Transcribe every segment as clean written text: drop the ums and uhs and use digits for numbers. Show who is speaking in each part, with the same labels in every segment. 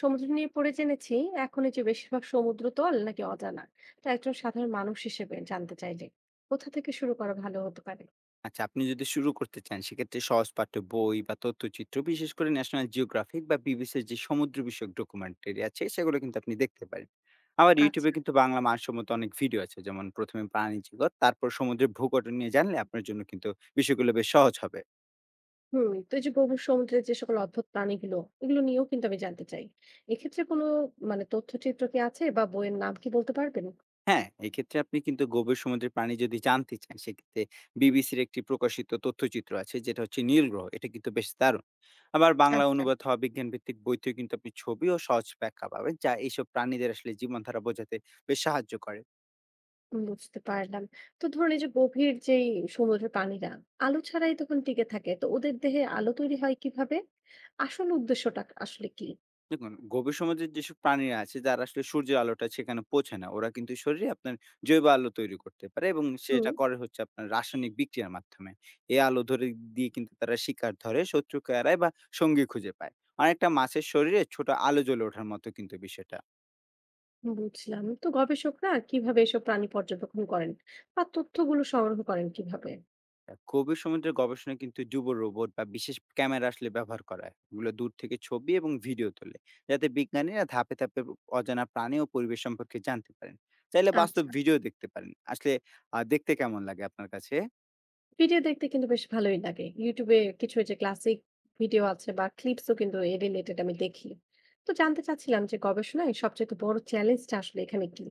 Speaker 1: সমুদ্র নিয়ে পড়ে জেনেছি। এখন এই যে বেশিরভাগ সমুদ্র তল নাকি অজানা, তা একজন সাধারণ মানুষ হিসেবে জানতে চাইলে কোথা থেকে শুরু করা ভালো হতে পারে?
Speaker 2: আচ্ছা, আপনি যদি শুরু করতে চান সেক্ষেত্রে সহজ পাঠ্য বই বা তথ্যচিত্র, বিশেষ করে ন্যাশনাল জিওগ্রাফিক বা বিবিসির যে সমুদ্র বিষয়ক ডকুমেন্টারি আছে সেগুলো কিন্তু আপনি দেখতে পারেন। আবার
Speaker 1: আচ্ছা।
Speaker 2: ইউটিউবে কিন্তু বাংলা মানসম্মত অনেক ভিডিও আছে, যেমন প্রথমে প্রাণী জগৎ, তারপর সমুদ্রের ভূগঠন নিয়ে জানলে আপনার জন্য কিন্তু বিষয়গুলো বেশ সহজ হবে।
Speaker 1: হুম, তো এই যে গভীর সমুদ্রের যে সকল অদ্ভুত প্রাণীগুলো, এগুলো নিয়েও কিন্তু আমি জানতে চাই। এক্ষেত্রে কোনো মানে তথ্যচিত্র কি আছে বা বইয়ের নাম কি বলতে পারবেন?
Speaker 2: হ্যাঁ, এক্ষেত্রে আপনি কিন্তু গভীর সমুদ্রের প্রাণী যদি জানতে চান, সেক্ষেত্রে বিবিসির একটি প্রকাশিত তথ্যচিত্র আছে, যেটা হচ্ছে নীল গ্রহ। এটা কিন্তু বেশ দারুণ। আবার বাংলা
Speaker 1: আচ্ছা,
Speaker 2: অনুবাদ হওয়া বিজ্ঞানভিত্তিক বইতেও কিন্তু আপনি ছবি ও সহজ ব্যাখ্যা পাবেন, যা এইসব প্রাণীদের আসলে জীবনধারা বোঝাতে বেশ সাহায্য করে।
Speaker 1: বুঝতে পারলাম। তো ধরুন এই যে গভীর যেই সমুদ্রের প্রাণীরা আলো ছাড়াই তখন টিকে থাকে, তো ওদের দেহে আলো তৈরি হয় কিভাবে? আসল উদ্দেশ্যটা আসলে কি?
Speaker 2: দেখুন, গভীর সমাজের যেসব প্রাণীরা আছে যারা আসলে সূর্যের আলোটা সেখানে পৌঁছে না, ওরা কিন্তু শরীরে আপনার জৈব আলো তৈরি করতে পারে, এবং
Speaker 1: হুম।
Speaker 2: সেটা করে হচ্ছে আপনার রাসায়নিক বিক্রিয়ার মাধ্যমে। এই আলো ধরে দিয়ে কিন্তু তারা শিকার ধরে, শত্রুকে এড়ায় বা সঙ্গী খুঁজে পায়। অনেকটা মাছের শরীরে ছোট আলো জ্বলে ওঠার মতো কিন্তু বিষয়টা।
Speaker 1: বুঝলাম, তো গবেষকরা কিভাবে এসব প্রাণী পর্যবেক্ষণ করেন বা তথ্যগুলো সংগ্রহ করেন কিভাবে?
Speaker 2: গভীর সমুদ্রের গবেষণায় কিন্তু যুব রোবট বা বিশেষ ক্যামেরা আসলে ব্যবহার করা হয়, এগুলো দূর থেকে ছবি এবং ভিডিও তোলে, যাতে বিজ্ঞানীরা ধাপে ধাপে অজানা প্রাণী ও পরিবেশ সম্পর্কে জানতে পারেন। চাইলে বাস্তব
Speaker 1: আচ্ছা,
Speaker 2: ভিডিও দেখতে পারেন আসলে। দেখতে কেমন লাগে আপনার কাছে?
Speaker 1: ভিডিও দেখতে কিন্তু বেশ ভালোই লাগে। ইউটিউবে কিছু এই যে ক্লাসিক ভিডিও আছে বা ক্লিপসও কিন্তু এ রিলেটেড আমি দেখি। তো জানতে চাচ্ছিলাম যে গবেষণায় সবচেয়ে বড় চ্যালেঞ্জটা আসলে এখানে কি?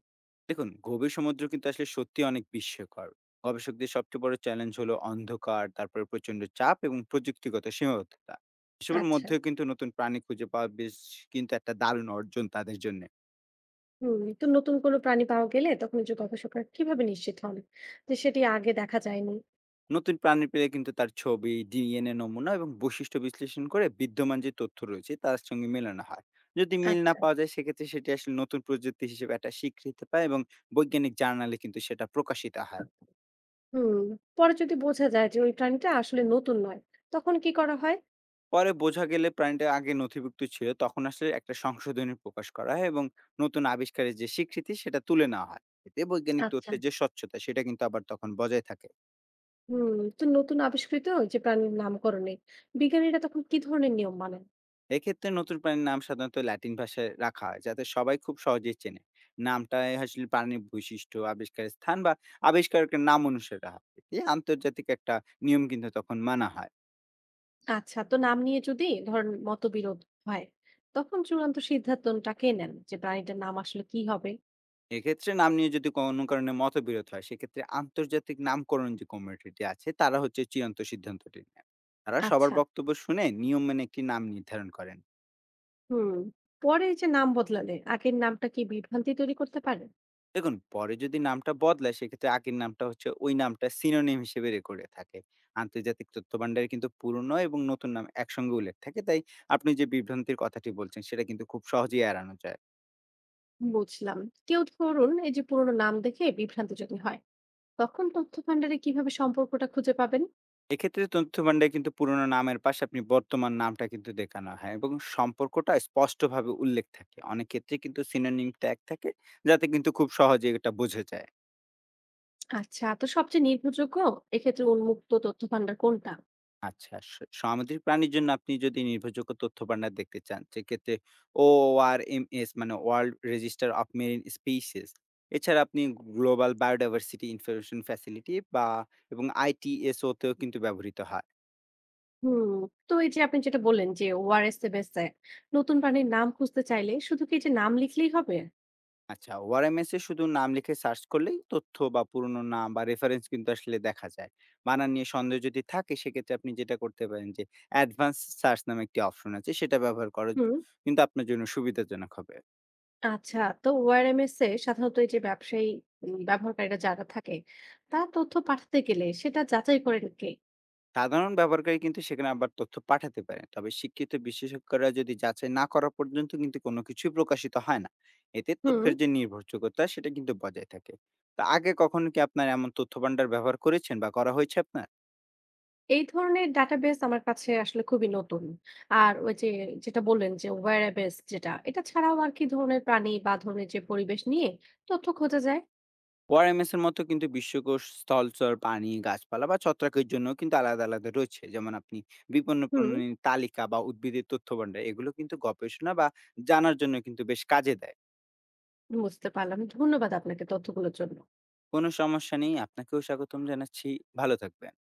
Speaker 2: দেখুন, গভীর সমুদ্র কিন্তু আসলে সত্যি অনেক বিস্ময়কর। গবেষকদের সবচেয়ে বড় চ্যালেঞ্জ হলো অন্ধকার, তারপরে প্রচন্ড চাপ এবং প্রযুক্তিগত সীমাবদ্ধতা। এসবের
Speaker 1: আচ্ছা।
Speaker 2: মধ্যেও কিন্তু নতুন প্রাণী খুঁজে পাওয়া বেশ কিন্তু একটা দারুণ অর্জন তাদের জন্য।
Speaker 1: হুম, তো নতুন কোনো প্রাণী পাওয়া গেলে তখন এই যে গবেষকরা কিভাবে নিশ্চিত হন যে সেটি আগে দেখা যায়নি?
Speaker 2: নতুন প্রাণী পেলে কিন্তু তার ছবি, ডিএনএ নমুনা এবং বৈশিষ্ট্য বিশ্লেষণ করে বিদ্যমান যে তথ্য রয়েছে তার সঙ্গে মেলানো হয়। যদি মিল না
Speaker 1: আচ্ছা।
Speaker 2: পাওয়া যায় সেক্ষেত্রে সেটি আসলে নতুন প্রযুক্তি হিসেবে একটা স্বীকৃতি পায়, এবং বৈজ্ঞানিক জার্নালে কিন্তু সেটা প্রকাশিত হয়।
Speaker 1: হুম, পরে যদি বোঝা যায় যে ওই প্রাণীটা আসলে নতুন নয়, তখন কি করা হয়?
Speaker 2: পরে বোঝা গেলে প্রাণীটা আগে নথিভুক্ত ছিল, তখন আসলে একটা সংশোধনী প্রকাশ করা হয় এবং নতুন আবিষ্কারের যে স্বীকৃতি সেটা তুলে নেওয়া হয়। এতে বৈজ্ঞানিক
Speaker 1: আচ্ছা।
Speaker 2: তথ্যের যে স্বচ্ছতা সেটা কিন্তু আবার তখন বজায় থাকে।
Speaker 1: হুম, তো নতুন আবিষ্কৃত ওই যে প্রাণীর নামকরণে বিজ্ঞানীরা তখন কি ধরনের নিয়ম মানেন?
Speaker 2: এক্ষেত্রে নতুন প্রাণীর নাম সাধারণত ল্যাটিন ভাষায় রাখা হয় যাতে সবাই খুব সহজেই চেনে। নামটা আসলে প্রাণীর বৈশিষ্ট্য, আবিষ্কারের স্থান বা আবিষ্কারকের নাম অনুসারে রাখা হয়। এই আন্তর্জাতিক একটা নিয়ম কিন্তু তখন মানা হয়।
Speaker 1: আচ্ছা, তো নাম নিয়ে যদি ধরেন মতবিরোধ হয়, তখন চূড়ান্ত সিদ্ধান্তটা কে নেন যে প্রাণীটার নাম আসলে কি হবে?
Speaker 2: এক্ষেত্রে নাম নিয়ে যদি কোনো কারণে মতবিরোধ হয়, সেক্ষেত্রে আন্তর্জাতিক নামকরণ যে কমিটিটি আছে তারা হচ্ছে চূড়ান্ত সিদ্ধান্তটি নেয়। তারা সবার
Speaker 1: আচ্ছা।
Speaker 2: বক্তব্য শুনে নিয়ম মেনে একটি নাম নির্ধারণ করেন।
Speaker 1: হুম, পরে এই যে নাম বদলালে আগের নামটা কি বিভ্রান্তি তৈরি করতে পারে?
Speaker 2: দেখুন, পরে যদি নামটা বদলায় সেক্ষেত্রে আগের নামটা হচ্ছে ওই নামটা সিনোনিম হিসেবে রেকর্ডে থাকে। আন্তর্জাতিক তথ্য ভান্ডারে কিন্তু পুরনো এবং নতুন নাম একসঙ্গে উল্লেখ থাকে। তাই আপনি যে বিভ্রান্তির কথাটি বলছেন সেটা কিন্তু খুব সহজেই এড়ানো যায়।
Speaker 1: বুঝলাম। কেউ ধরুন এই যে পুরোনো নাম দেখে বিভ্রান্তি যদি হয়, তখন তথ্য ভান্ডারে কিভাবে সম্পর্কটা খুঁজে পাবেন?
Speaker 2: এক্ষেত্রে তথ্য ভান্ডারে কিন্তু পুরনো নামের পাশে আপনি বর্তমান নামটা কিন্তু দেখানো হয় এবং সম্পর্কটা স্পষ্টভাবে উল্লেখ থাকে। অনেক ক্ষেত্রে কিন্তু সিনোনিম ট্যাগ থাকে, যাতে কিন্তু খুব সহজে এটা বোঝা যায়।
Speaker 1: আচ্ছা, তো সবচেয়ে নির্ভরযোগ্য এক্ষেত্রে উন্মুক্ত তথ্য ভান্ডার কোনটা?
Speaker 2: আচ্ছা। সামুদ্রিক প্রাণীর জন্য আপনি যদি নির্ভরযোগ্য তথ্য ভান্ডার দেখতে চান, সেক্ষেত্রে ORMS, মানে world register of marine species. এছাড়া আপনি গ্লোবাল বায়োডাইভার্সিটি ইনফরমেশন ফ্যাসিলিটি বা এবং ITSO তেও কিন্তু ব্যবহৃত হয়।
Speaker 1: হুম, তো এই যে আপনি যেটা বললেন যে ওআরএস বেসে নতুন প্রাণীর নাম খুঁজতে চাইলে শুধু কি এই যে নাম লিখলেই হবে?
Speaker 2: আচ্ছা, ORMS এ শুধু নাম লিখে সার্চ করলেই তথ্য বা পুরনো নাম বা রেফারেন্স কিন্তু আসলে দেখা যায়। বানান নিয়ে সন্দেহ যদি থাকে, সেক্ষেত্রে আপনি যেটা করতে পারেন যে অ্যাডভান্স সার্চ নামে একটি অপশন আছে, সেটা ব্যবহার করা
Speaker 1: হুম।
Speaker 2: কিন্তু আপনার জন্য সুবিধাজনক হবে।
Speaker 1: আচ্ছা, তো ওআরএমএস এ সাধারণত এই যে ব্যবসায়ী ব্যবহারকারীরা যারা থাকে, তারা তথ্য পাঠাতে গেলে সেটা যাচাই করেন কে?
Speaker 2: সাধারণ ব্যবহারকারী কিন্তু সেখানে আবার তথ্য পাঠাতে পারেন, তবে শিক্ষিত বিশেষজ্ঞরা যদি যাচাই না করা পর্যন্ত কিন্তু কোনো কিছুই প্রকাশিত হয় না। এতে
Speaker 1: হুম,
Speaker 2: তথ্যের যে নির্ভরযোগ্যতা সেটা কিন্তু বজায় থাকে। তা আগে কখনো কি আপনার এমন তথ্য ভান্ডার ব্যবহার করেছেন বা করা হয়েছে আপনার?
Speaker 1: এই ধরনের ডাটাবেস আমার কাছে আসলে খুবই নতুন। আর ওই যে যেটা বললেন যে ওআরএমএস, যেটা এটা ছাড়াও আর কি ধরনের প্রাণী বা ধরনের যে পরিবেশ নিয়ে তথ্য খোঁজা যায়?
Speaker 2: ওআরএমএস এর মতো কিন্তু বিশ্বকোষ স্থলচর পানি গাছপালা বা ছত্রাকের জন্য কিন্তু আলাদা আলাদা রয়েছে, যেমন আপনি বিপন্ন
Speaker 1: হুম,
Speaker 2: প্রাণীর তালিকা বা উদ্ভিদের তথ্য ভান্ডার, এগুলো কিন্তু গবেষণা বা জানার জন্য কিন্তু বেশ কাজে দেয়।
Speaker 1: বুঝতে পারলাম। ধন্যবাদ আপনাকে তথ্যগুলোর জন্য।
Speaker 2: কোনো সমস্যা নেই, আপনাকেও স্বাগতম জানাচ্ছি। ভালো থাকবেন।